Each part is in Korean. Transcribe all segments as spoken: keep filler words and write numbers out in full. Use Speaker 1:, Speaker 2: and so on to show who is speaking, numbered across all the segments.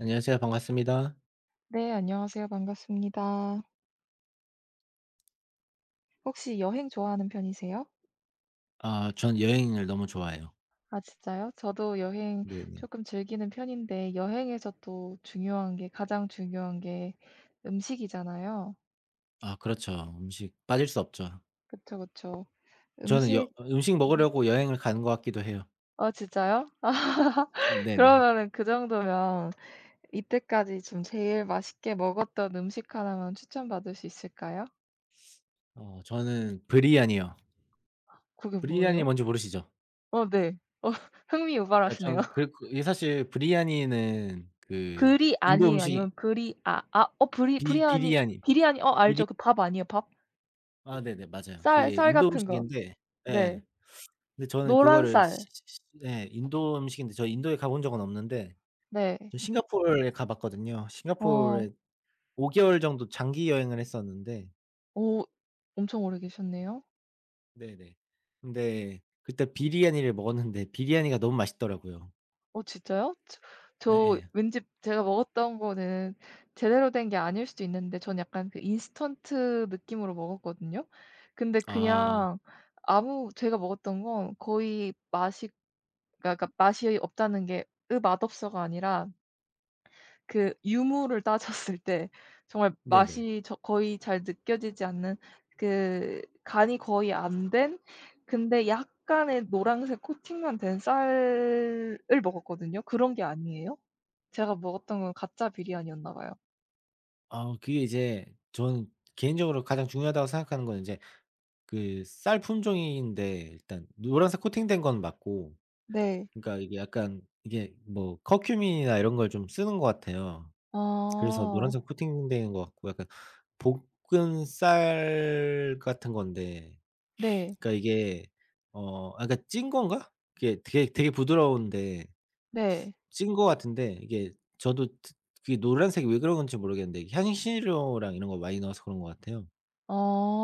Speaker 1: 안녕하세요. 반갑습니다.
Speaker 2: 네, 안녕하세요. 반갑습니다. 혹시 여행 좋아하는 편이세요?
Speaker 1: 아, 전 여행을 너무 좋아해요.
Speaker 2: 아, 진짜요? 저도 여행
Speaker 1: 네네.
Speaker 2: 조금 즐기는 편인데, 여행에서 또 중요한 게, 가장 중요한 게 음식이잖아요.
Speaker 1: 아, 그렇죠. 음식 빠질 수 없죠.
Speaker 2: 그쵸, 그쵸.
Speaker 1: 저는 여
Speaker 2: 음식,
Speaker 1: 음식
Speaker 2: 음,
Speaker 1: 먹으려고 여행을 가는 것 같기도 해요.
Speaker 2: 아, 진짜요?
Speaker 1: 네네.
Speaker 2: 그러면은 그 정도면 이때까지 좀 제일 맛있게 먹었던 음식 하나만 추천받을 수 있을까요?
Speaker 1: 어, 저는 브리아니요.
Speaker 2: 그게
Speaker 1: 브리아니
Speaker 2: 뭐예요?
Speaker 1: 뭔지 모르시죠?
Speaker 2: 어, 네. 어, 흥미
Speaker 1: 아,
Speaker 2: 유발하시네요.
Speaker 1: 전 그 그 이게 사실 브리아니는 그
Speaker 2: 브리
Speaker 1: 인도
Speaker 2: 아니에요?
Speaker 1: 음식이,
Speaker 2: 아니면 브리 아 아 어 브리
Speaker 1: 비
Speaker 2: 브리아니
Speaker 1: 비리아니,
Speaker 2: 비리아니 어
Speaker 1: 비리
Speaker 2: 알죠. 그 밥 아니에요, 밥?
Speaker 1: 아, 네네. 맞아요.
Speaker 2: 쌀
Speaker 1: 그게
Speaker 2: 쌀
Speaker 1: 인도
Speaker 2: 같은 거.
Speaker 1: 음식인데.
Speaker 2: 네.
Speaker 1: 예. 근데 저는
Speaker 2: 노란
Speaker 1: 그거를 시
Speaker 2: 쌀.
Speaker 1: 시 시 예, 인도 음식인데, 저 인도에 가본 적은 없는데
Speaker 2: 네.
Speaker 1: 저 싱가포르에 가 봤거든요.
Speaker 2: 어.
Speaker 1: 싱가포르에 5 개월 정도 장기 여행을 했었는데.
Speaker 2: 오 엄청 오래 계셨네요.
Speaker 1: 네네. 근데 그때 비리야니를 먹었는데 비리야니가 너무 맛있더라고요.
Speaker 2: 어 진짜요? 저 저
Speaker 1: 예예.
Speaker 2: 왠지 제가 먹었던 거는 제대로 된 게 아닐 수도 있는데 저는 약간 그 인스턴트 느낌으로 먹었거든요. 근데
Speaker 1: 아,
Speaker 2: 그냥 아무 제가 먹었던 건 거의 맛이 그러니까 그러니까 맛이 없다는 게 '으 맛없어.'가 아니라 그 유무를 따졌을 때 정말
Speaker 1: 네네.
Speaker 2: 맛이 저 거의 잘 느껴지지 않는 그 간이 거의 안 된 근데 약간의 노란색 코팅만 된 쌀을 먹었거든요. 그런 게 아니에요? 제가 먹었던 건 가짜 비리안이었나 봐요.
Speaker 1: 아, 그게 이제, 저는 개인적으로 가장 중요하다고 생각하는 건 인제 그 쌀 품종인데, 일단 노란색 코팅된 건 맞고,
Speaker 2: 네.
Speaker 1: 그러니까 이게 약간, 이게 뭐 커큐민이나 이런 걸 좀 쓰는 것 같아요. 그래서
Speaker 2: 아.
Speaker 1: 노란색 코팅된 것 같고, 약간 볶은 쌀 같은 건데,
Speaker 2: 네.
Speaker 1: 그러니까 이게, 어 아 그러니까 찐 건가? 그게 되게 되게 부드러운데
Speaker 2: 네.
Speaker 1: 찐 것 같은데, 이게 저도 드 그게 노란색이 왜 그런 건지 모르겠는데, 향신료랑 이런 거 많이 넣어서 그런 것 같아요.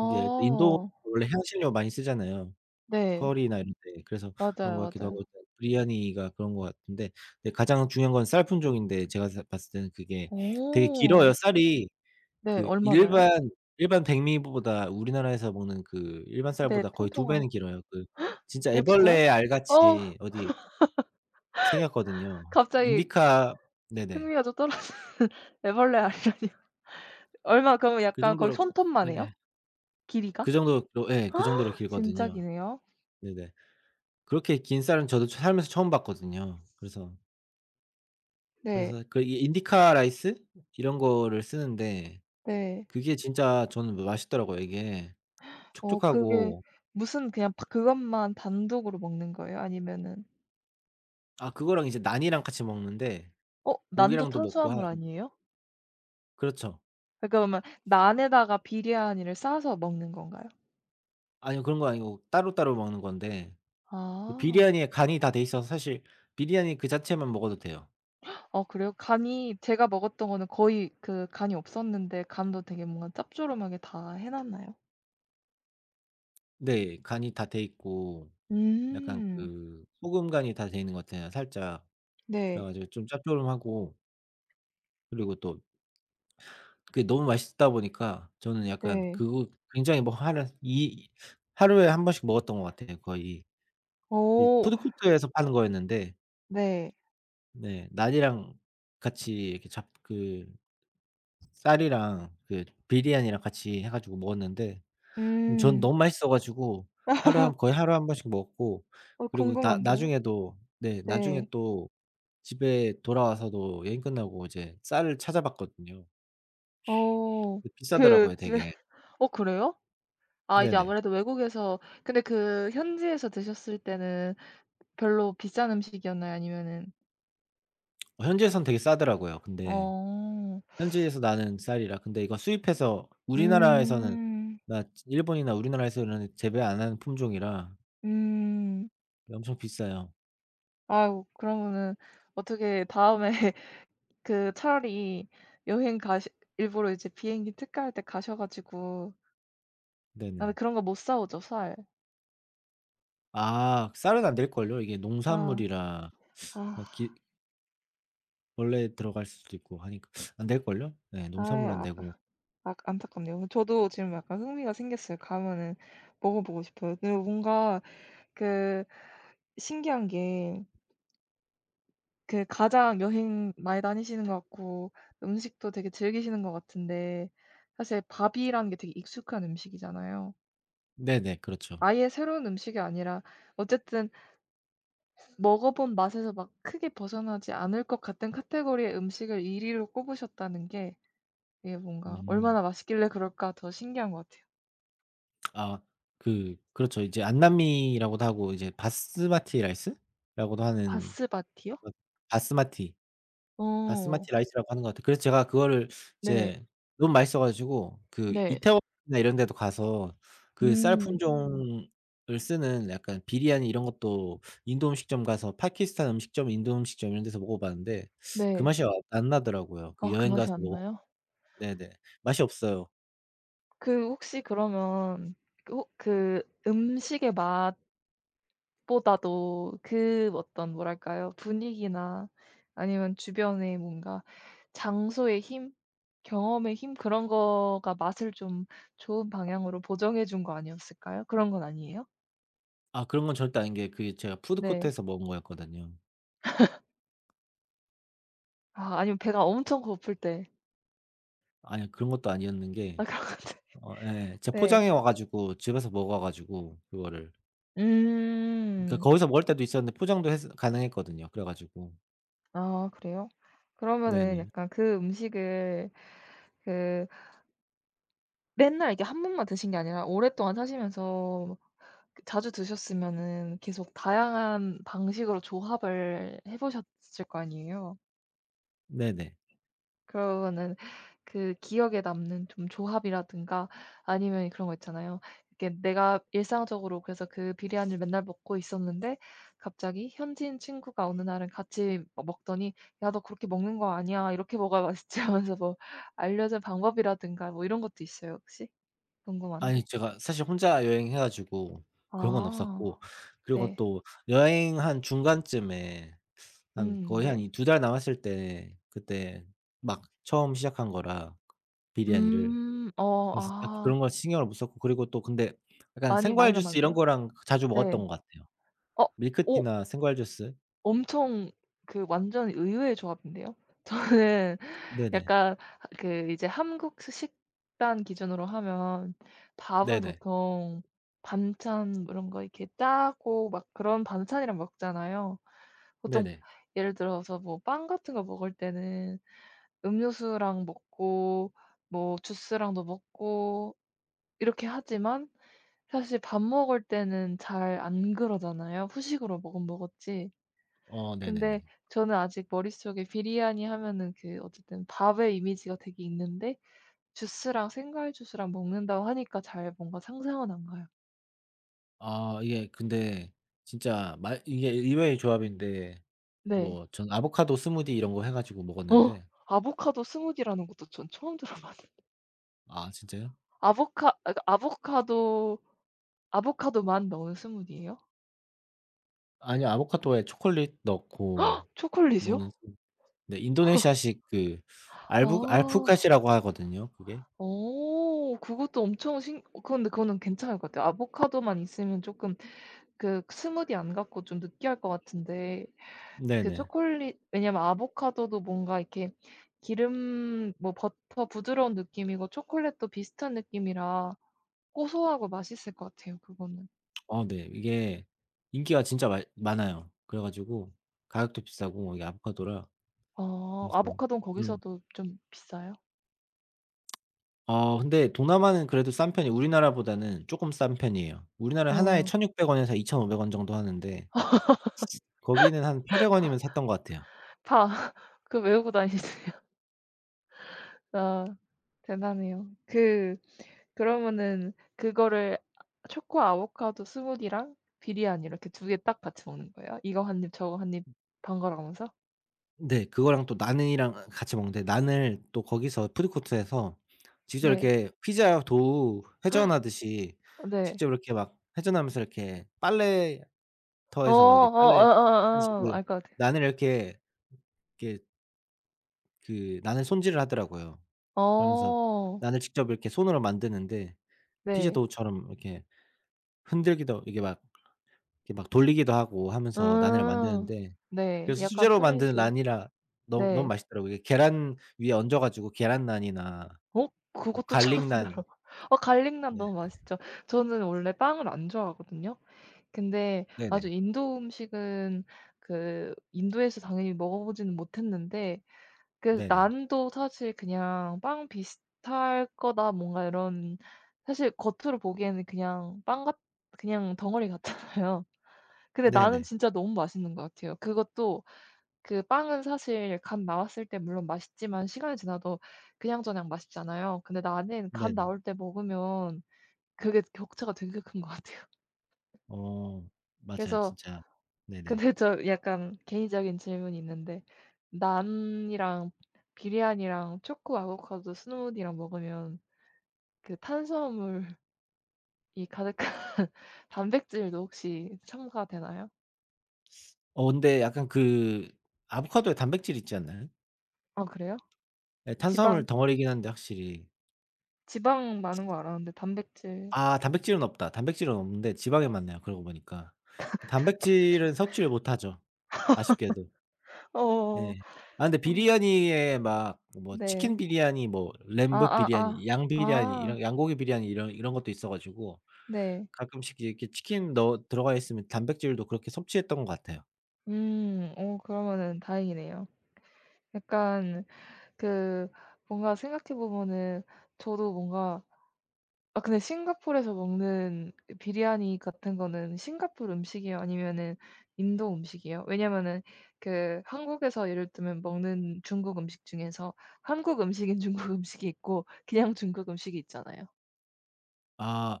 Speaker 1: 이게 인도 원래 향신료 많이 쓰잖아요.
Speaker 2: 네.
Speaker 1: 커리나 이런 데. 그래서
Speaker 2: 맞아요,
Speaker 1: 그런 것 같기도
Speaker 2: 맞아요.
Speaker 1: 하고, 일단 비리야니가 그런 것 같은데. 근데 가장 중요한 건 쌀 품종인데, 제가 사 봤을 때는 그게 되게 길어요.
Speaker 2: 어.
Speaker 1: 쌀이.
Speaker 2: 네.
Speaker 1: 그
Speaker 2: 얼마나요?
Speaker 1: 일반 일반 백미보다, 우리나라에서 먹는 그 일반
Speaker 2: 네.
Speaker 1: 쌀보다 거의 두
Speaker 2: 통통한.
Speaker 1: 배는 길어요. 그 진짜
Speaker 2: 어 진짜요?
Speaker 1: 애벌레
Speaker 2: 어
Speaker 1: 알같이 어디 생겼거든요.
Speaker 2: 갑자기
Speaker 1: 인디카. 네네.
Speaker 2: 흥미가 좀 떨어지는 애벌레 아니라니요. 얼마 그러면
Speaker 1: 그
Speaker 2: 약간 거의
Speaker 1: 정도로.
Speaker 2: 손톱만 해요?
Speaker 1: 예예.
Speaker 2: 길이가?
Speaker 1: 그 정도로 그, 예그 정도로
Speaker 2: 진짜
Speaker 1: 길거든요.
Speaker 2: 기네요.
Speaker 1: 네네. 그렇게 긴 쌀은 저도 살면서 처음 봤거든요. 그래서
Speaker 2: 네.
Speaker 1: 그래서 그 이 인디카 라이스 이런 거를 쓰는데,
Speaker 2: 네.
Speaker 1: 그게 진짜 저는 뭐 맛있더라고요. 이게
Speaker 2: 어 그게
Speaker 1: 촉촉하고.
Speaker 2: 무슨 그냥 바 그것만 단독으로 먹는 거예요? 아니면은
Speaker 1: 아, 그거랑 이제 난이랑 같이 먹는데,
Speaker 2: 어 난도
Speaker 1: 고기랑도 먹고 하
Speaker 2: 탄수화물 아니에요?
Speaker 1: 그렇죠.
Speaker 2: 그러니까 그러면 난에다가 비리아니를 싸서 먹는 건가요?
Speaker 1: 아니요. 그런 거 아니고 따로따로 먹는 건데, 그
Speaker 2: 아.
Speaker 1: 비리아니에 간이 다 돼 있어서 사실 비리아니 그 자체만 먹어도 돼요.
Speaker 2: 어 그래요? 간이 제가 먹었던 거는 거의 그 간이 없었는데 간도 되게 뭔가 짭조름하게 다 해 놨나요?
Speaker 1: 네. 간이 다 돼 있고, 약간
Speaker 2: 음.
Speaker 1: 그 소금 간이 다 돼 있는 것 같아요 살짝. 그래
Speaker 2: 네.
Speaker 1: 가지고 좀 짭조름하고, 그리고 또 그게 너무 맛있다 보니까, 저는 약간
Speaker 2: 네.
Speaker 1: 그거 굉장히 뭐 하루 이 하루에 한 번씩 먹었던 것 같아요 거의. 이
Speaker 2: 오
Speaker 1: 푸드코트에서 파는 거였는데.
Speaker 2: 네.
Speaker 1: 네. 난이랑 같이 이렇게 잡그 쌀이랑 그 비리안이랑 같이 해 가지고 먹었는데, 근데 전
Speaker 2: 음.
Speaker 1: 너무 맛있어 가지고 하루에 한 거의 하루에 한 번씩 먹었고,
Speaker 2: 어
Speaker 1: 그리고 나
Speaker 2: 궁금한데요.
Speaker 1: 나중에도, 네, 나중에
Speaker 2: 네.
Speaker 1: 또 집에 돌아와서도, 여행 끝나고 이제 쌀을 찾아봤거든요.
Speaker 2: 어.
Speaker 1: 근데
Speaker 2: 그
Speaker 1: 비싸더라고요
Speaker 2: 집에
Speaker 1: 되게.
Speaker 2: 어 그래요? 아 이제
Speaker 1: 네네.
Speaker 2: 아무래도 외국에서 근데 그 현지에서 드셨을 때는 별로 비싼 음식이었나요? 아니면은
Speaker 1: 어, 현지에선 되게 싸더라고요. 근데
Speaker 2: 어.
Speaker 1: 현지에서 나는 쌀이라, 근데 이거 수입해서 우리나라에서는,
Speaker 2: 음.
Speaker 1: 나 일본이나 우리나라에서는 재배 안 하는 품종이라
Speaker 2: 음.
Speaker 1: 엄청 비싸요.
Speaker 2: 아유 그러면은 어떻게 다음에 그 차라리 여행 가시 일부러 이제 비행기 특가할 때 가셔 가지고 나는
Speaker 1: 네네.
Speaker 2: 그런 거 못 사오죠, 살..
Speaker 1: 아, 쌀은 안 될걸요? 이게
Speaker 2: 아.
Speaker 1: 농산물이라
Speaker 2: 아.
Speaker 1: 막 기 원래 들어갈 수도 있고 하니까 안 될걸요? 네,
Speaker 2: 아이
Speaker 1: 농산물 안
Speaker 2: 아
Speaker 1: 되고.
Speaker 2: 아 안타깝네요. 뭐 저도 지금 약간 흥미가 생겼어요. 가면은 먹어 보고 싶어요. 근데 뭔가 그 신기한 게 그 가장 여행 많이 다니시는 것 같고 음식도 되게 즐기시는 것 같은데 사실 밥이라는 게 되게 익숙한 음식이잖아요.
Speaker 1: 네네, 그렇죠.
Speaker 2: 아예 새로운 음식이 아니라 어쨌든 먹어 본 맛에서 막 크게 벗어나지 않을 것 같은 카테고리의 음식을 일 위로 꼽으셨다는 게 이게 뭔가
Speaker 1: 음.
Speaker 2: '얼마나 맛있길래 그럴까.' 더 신기한 것 같아요.
Speaker 1: 아, 그 그렇죠. 이제 안남미라고도 하고, 이제 바스마티 라이스라고도 하는,
Speaker 2: 바스바티요?
Speaker 1: 그 바스마티.
Speaker 2: 어.
Speaker 1: 바스마티 라이스라고 하는 것 같아요. 그래서 제가 그거를
Speaker 2: 네.
Speaker 1: 이제 너무 맛있어 가지고 그
Speaker 2: 네.
Speaker 1: 이태원이나 이런 데도 가서 그 쌀
Speaker 2: 음.
Speaker 1: 품종을 쓰는 약간 비리아니 이런 것도, 인도 음식점 가서, 파키스탄 음식점, 인도 음식점 이런 데서 먹어봤는데 그
Speaker 2: 네.
Speaker 1: 맛이 아, 안 나더라고요. 그
Speaker 2: 아 그
Speaker 1: 여행 가서
Speaker 2: 맛이 안
Speaker 1: 먹었
Speaker 2: 나요?
Speaker 1: 네네. 맛이 없어요.
Speaker 2: 그 혹시 그러면 그 혹 그 음식의 맛보다도 그 어떤 뭐랄까요? 분위기나 아니면 주변의 뭔가 장소의 힘? 경험의 힘? 그런 거가 맛을 좀 좋은 방향으로 보정해 준 거 아니었을까요? 그런 건 아니에요?
Speaker 1: 아, 그런 건 절대 아닌 게, 그게 제가
Speaker 2: 네.
Speaker 1: 푸드코트에서 먹은 거였거든요.
Speaker 2: 아 아니면 배가 엄청 고플 때.
Speaker 1: 아니 그런 것도 아니었는
Speaker 2: 아
Speaker 1: 게,
Speaker 2: 그런 건데.
Speaker 1: 어, 예. 제가
Speaker 2: 네.
Speaker 1: 포장해 와 가지고 집에서 먹어 가지고 그거를. 그러니까
Speaker 2: 음.
Speaker 1: 거기서 먹을 때도 있었는데, 포장도 했 가능했거든요. 그래 가지고.
Speaker 2: 아 그래요? 그러면은
Speaker 1: 네네.
Speaker 2: 약간 그 음식을 그 맨날 이렇게 한 번만 드신 게 아니라 오랫동안 사시면서 그 자주 드셨으면은 계속 다양한 방식으로 조합을 해 보셨을 거 아니에요?
Speaker 1: 네네.
Speaker 2: 그러면은 그 기억에 남는 좀 조합이라든가 아니면 그런 거 있잖아요. 이렇게 내가 일상적으로 그래서 그 비리안을 맨날 먹고 있었는데 갑자기 현지인 친구가 어느 날은 같이 막 먹더니 "야 너 그렇게 먹는 거 아니야. 이렇게 먹어야 맛있지." 하면서 뭐 알려준 방법이라든가 뭐 이런 것도 있어요 혹시?
Speaker 1: 아니
Speaker 2: 궁금한데.
Speaker 1: 제가 사실 혼자 여행해 가지고 그런 건
Speaker 2: 아
Speaker 1: 없었고, 그리고
Speaker 2: 네.
Speaker 1: 또 여행 한 중간쯤에, 한
Speaker 2: 음
Speaker 1: 거의 한
Speaker 2: 네.
Speaker 1: 이 두 달 남았을 때 그때 막 처음 시작한 거라, 비리아니를.
Speaker 2: 음. 어
Speaker 1: 그래서 딱 그런
Speaker 2: 아.
Speaker 1: 걸 신경을 못 썼고, 그리고 또 근데 약간
Speaker 2: 많이
Speaker 1: 생과일
Speaker 2: 많이
Speaker 1: 주스 이런
Speaker 2: 남았는데요.
Speaker 1: 거랑 자주 먹었던
Speaker 2: 네.
Speaker 1: 것 같아요.
Speaker 2: 어. 오
Speaker 1: 밀크티나 생과일 주스.
Speaker 2: 엄청 그 완전 의외의 조합인데요. 저는
Speaker 1: 네네.
Speaker 2: 약간 그 이제 한국식 식단 기준으로 하면 밥은
Speaker 1: 네네.
Speaker 2: 보통 반찬 뭐 이런 거 이렇게 짜고 막 그런 반찬이랑 먹잖아요. 보통
Speaker 1: 네네.
Speaker 2: 예를 들어서 뭐 빵 같은 거 먹을 때는 음료수랑 먹고 뭐 주스랑도 먹고 이렇게 하지만 사실 밥 먹을 때는 잘 안 그러잖아요. 후식으로 먹으면 먹었지.
Speaker 1: 어
Speaker 2: 근데
Speaker 1: 네네네.
Speaker 2: 저는 아직 머릿속에 비리아니 하면은 그 어쨌든 밥의 이미지가 되게 있는데 주스랑 생과일 주스랑 먹는다고 하니까 잘 뭔가 상상은 안 가요.
Speaker 1: 아, 이게 근데 진짜 말 이게 의외의 조합인데,
Speaker 2: 네.
Speaker 1: 뭐 전 아보카도 스무디 이런 거 해 가지고
Speaker 2: 어
Speaker 1: 먹었는데.
Speaker 2: 아보카도 스무디라는 것도 전 처음 들어봤는데.
Speaker 1: 아, 진짜요?
Speaker 2: 아보카 아 그러니까 아보카도 아보카도만 넣은 스무디예요?
Speaker 1: 아니요. 아보카도에 초콜릿 넣고
Speaker 2: 초콜릿이요?
Speaker 1: 먹는 스 네, 인도네시아식 그 알부
Speaker 2: 아.
Speaker 1: 알프카시라고 하거든요 그게.
Speaker 2: 오 그것도 엄청 신 어 근데 그거는 괜찮을 것 같아요. 아보카도만 있으면 조금 그 스무디 안 갖고 좀 느끼할 것 같은데 그
Speaker 1: 네네.
Speaker 2: 초콜릿 왜냐면 아보카도도 뭔가 이렇게 기름 뭐 버터 부드러운 느낌이고 초콜릿도 비슷한 느낌이라 고소하고 맛있을 것 같아요 그거는.
Speaker 1: 어, 네. 이게 인기가 진짜 많 많아요. 그래 가지고 가격도 비싸고, 이게 아보카도라
Speaker 2: 어
Speaker 1: 그래서
Speaker 2: 아보카도는
Speaker 1: 그런.
Speaker 2: 거기서도 좀 비싸요?
Speaker 1: 어, 근데 동남아는 그래도 싼 편이에요. 우리나라보다는 조금 싼 편이에요. 우리나라는 하나에
Speaker 2: 어
Speaker 1: 천육백 원 원에서 이천오백 원 정도 하는데, 거기는 한 팔백 원 원이면
Speaker 2: 파
Speaker 1: 샀던 것 같아요.
Speaker 2: 파 그거 외우고 다니세요? 아 대단해요. 그 그러면은 그거를 아 초코 아보카도 스무디랑 비리아니 이렇게 두 개 딱 같이 먹는 거예요? 이거 한 입 저거 한 입 번갈아 가면서?
Speaker 1: 네. 그거랑 또 나는이랑 같이 먹는데, 난을 또 거기서 푸드코트에서 직접
Speaker 2: 네.
Speaker 1: 이렇게 피자 도우 회전하듯이,
Speaker 2: 네.
Speaker 1: 직접 이렇게 막 회전하면서 이렇게 빨래터에서
Speaker 2: 어.
Speaker 1: 이렇게
Speaker 2: 어
Speaker 1: 빨래 하듯이
Speaker 2: 어어 어어.
Speaker 1: 그
Speaker 2: 알 것 같아요.
Speaker 1: 난을 이렇게 이렇게 그 난을 손질을 하더라고요. 그러면서
Speaker 2: 어.
Speaker 1: 난을 직접 이렇게 손으로 만드는데, 피자
Speaker 2: 네.
Speaker 1: 도우처럼 이렇게 흔들기도, 이게 막 이렇게 막 돌리기도 하고 하면서 난을
Speaker 2: 음.
Speaker 1: 만드는데,
Speaker 2: 네.
Speaker 1: 그래서
Speaker 2: 약간
Speaker 1: 수제로 만든
Speaker 2: 쇼맨실.
Speaker 1: 난이라 너무 너무
Speaker 2: 네.
Speaker 1: 맛있더라고요. 이게 계란 위에 얹어 가지고 계란난이나
Speaker 2: 어?
Speaker 1: 뭐
Speaker 2: 그것도 처음
Speaker 1: 갈릭난.
Speaker 2: 들어봐. 어 갈릭난
Speaker 1: 네.
Speaker 2: 너무 맛있죠. 저는 원래 빵을 안 좋아하거든요. 근데 아주
Speaker 1: 네네.
Speaker 2: 인도 음식은 그 인도에서 당연히 먹어 보지는 못했는데 그
Speaker 1: 네네.
Speaker 2: 난도 사실 그냥 '빵 비슷할 거다.' 뭔가 이런 사실 겉으로 보기에는 그냥 빵 같 그냥 덩어리 같잖아요. 근데 나는
Speaker 1: 네네.
Speaker 2: 진짜 너무 맛있는 것 같아요. 그것도 그 빵은 사실 갓 나왔을 때 물론 맛있지만 시간이 지나도 그냥저냥 맛있잖아요. 근데 나는 갓
Speaker 1: 네네.
Speaker 2: 나올 때 먹으면 그게 격차가 되게 큰 것 같아요.
Speaker 1: 어, 맞아요.
Speaker 2: 그래서
Speaker 1: 진짜. 네네.
Speaker 2: 근데 저 약간 개인적인 질문이 있는데 난이랑 비리안이랑 초코 아보카도 스무디랑 먹으면 그 탄수화물이 가득한 단백질도 혹시 첨가되나요?
Speaker 1: 어, 근데 약간 그 아보카도에 단백질 있지 않나요?
Speaker 2: 아 그래요?
Speaker 1: 예, 탄수화물
Speaker 2: 지방
Speaker 1: 덩어리긴 한데 확실히.
Speaker 2: 지방 많은 거 알았는데 단백질
Speaker 1: 아, 단백질은 없다. 단백질은 없는데 지방이 많네요 그러고 보니까. 단백질은 섭취를 못 하죠 아쉽게도.
Speaker 2: 어어.
Speaker 1: 네. 아, 근데
Speaker 2: 어
Speaker 1: 비리아니에 막 뭐 치킨
Speaker 2: 네.
Speaker 1: 비리아니, 뭐 램브
Speaker 2: 아아아. 아
Speaker 1: 비리아니, 양
Speaker 2: 아.
Speaker 1: 비리아니
Speaker 2: 아,
Speaker 1: 이런 양고기 비리아니 이런 이런 것도 있어 가지고,
Speaker 2: 네.
Speaker 1: 가끔씩 이렇게 치킨 넣어 들어가 있으면 단백질도 그렇게 섭취했던 것 같아요.
Speaker 2: 음. 어 그러면은 다행이네요. 약간 그 뭔가 생각해 보면은 저도 뭔가 아 근데 싱가포르에서 먹는 그 비리아니 같은 거는 싱가포르 음식이에요? 아니면은 인도 음식이에요? 왜냐면은 그 한국에서 예를 들면 먹는 중국 음식 중에서 한국 음식인 중국 음식이 있고 그냥 중국 음식이 있잖아요.
Speaker 1: 아,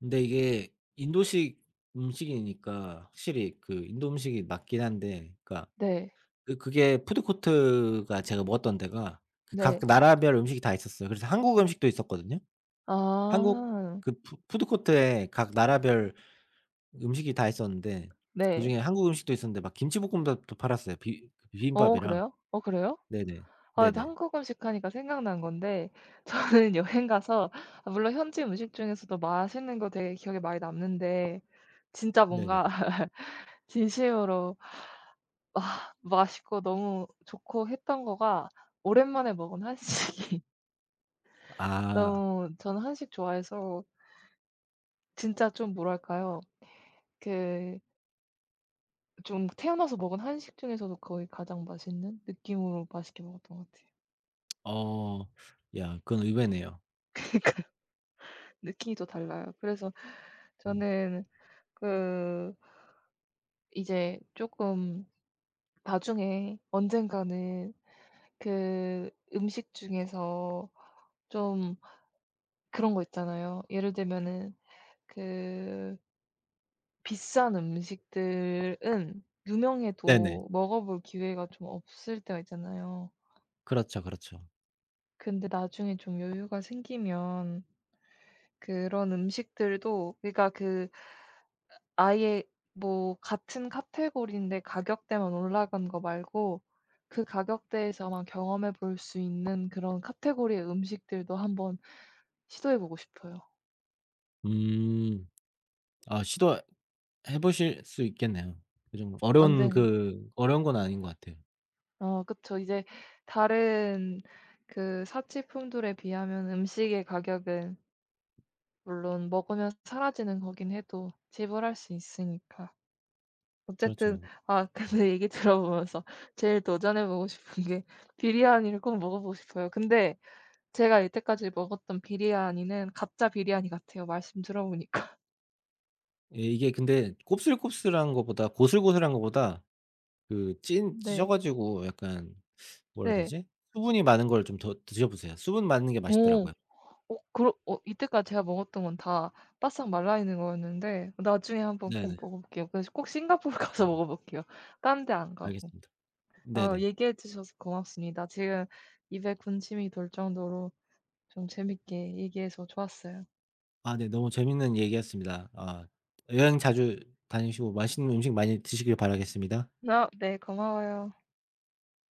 Speaker 1: 근데 이게 인도식 음식이니까 확실히 그 인도 음식이 맞긴 한데, 그러니까
Speaker 2: 네.
Speaker 1: 그 그게 푸드코트가 제가 먹었던 데가 그 각
Speaker 2: 네.
Speaker 1: 나라별 음식이 다 있었어요. 그래서 한국 음식도 있었거든요. 한국
Speaker 2: 아.
Speaker 1: 그 푸 푸드코트에 각 나라별 음식이 다 있었는데,
Speaker 2: 네.
Speaker 1: 그중에 한국 음식도 있었는데 막 김치볶음밥도 팔았어요. 비 그
Speaker 2: 어
Speaker 1: 비빔밥이랑.
Speaker 2: 그래요? 어 그래요?
Speaker 1: 네네.
Speaker 2: 아 근데
Speaker 1: 네네.
Speaker 2: 한국 음식 하니까 생각난 건데 저는 여행 가서 아 물론 현지 음식 중에서도 맛있는 거 되게 기억에 많이 남는데 진짜
Speaker 1: 네네.
Speaker 2: 뭔가 진심으로 아 맛있고 너무 좋고 했던 거가 오랜만에 먹은 한식이
Speaker 1: 아.
Speaker 2: 너무 저는 한식 좋아해서 진짜 좀 뭐랄까요? 그 좀 태어나서 먹은 한식 중에서도 거의 가장 맛있는 느낌으로 맛있게 먹었던 것 같아요.
Speaker 1: 어. 야, 그건 의외네요.
Speaker 2: 느낌이 또 달라요. 그래서
Speaker 1: 음.
Speaker 2: 저는 그 이제 조금 나중에 언젠가는 그 음식 중에서 좀 그런 거 있잖아요. 예를 들면은 그 비싼 음식들은
Speaker 1: 네네.
Speaker 2: 유명해도 먹어볼 기회가 좀 없을 때가 있잖아요.
Speaker 1: 그렇죠, 그렇죠.
Speaker 2: 근데 나중에 좀 여유가 생기면 그런 음식들도 그러니까 그 아예 뭐 같은 카테고리인데 가격대만 올라간 거 말고 그 가격대에서만 경험해 볼 수 있는 그런 카테고리의 음식들도 한번 시도해 보고 싶어요.
Speaker 1: 음. 아, 시도해 보실 수 있겠네요. 그 정도 어려운
Speaker 2: 완전
Speaker 1: 그 어려운 건 아닌 것 같아요.
Speaker 2: 어 그쵸. 이제 다른 그 사치품들에 비하면 음식의 가격은 물론 먹으면 사라지는 거긴 해도 지불할 수 있으니까. 어쨌든
Speaker 1: 그렇죠.
Speaker 2: 아 근데 얘기 들어보면서 제일 도전해 보고 싶은 게 비리아니를 꼭 먹어 보고 싶어요. 근데 제가 이때까지 먹었던 비리아니는 가짜 비리아니 같아요 말씀 들어보니까.
Speaker 1: 예, 이게 근데 곱슬곱슬한 거보다 고슬고슬한 거보다 그찐어
Speaker 2: 네.
Speaker 1: 가지고 약간 뭐라 해야
Speaker 2: 네.
Speaker 1: 되지? 수분이 많은 걸 좀 더 드셔 보세요. 수분 많은 게
Speaker 2: 오.
Speaker 1: 맛있더라고요.
Speaker 2: 어 그러 어 이때까지 제가 먹었던 건 다 바싹 말라 있는 거였는데 나중에 한번 꼭
Speaker 1: 네네.
Speaker 2: 먹어 볼게요. 그래서 꼭 싱가포르 가서
Speaker 1: 음.
Speaker 2: 먹어 볼게요 딴 데 안 가고.
Speaker 1: 알겠습니다.
Speaker 2: 아
Speaker 1: 네네.
Speaker 2: 얘기해 주셔서 고맙습니다. 지금 입에 군침이 돌 정도로 좀 재밌게 얘기해서 좋았어요.
Speaker 1: 아, 네, 너무 재밌는 얘기였습니다. 아, 여행 자주 다니시고 맛있는 음식 많이 드시길 바라겠습니다.
Speaker 2: 아 네. 고마워요.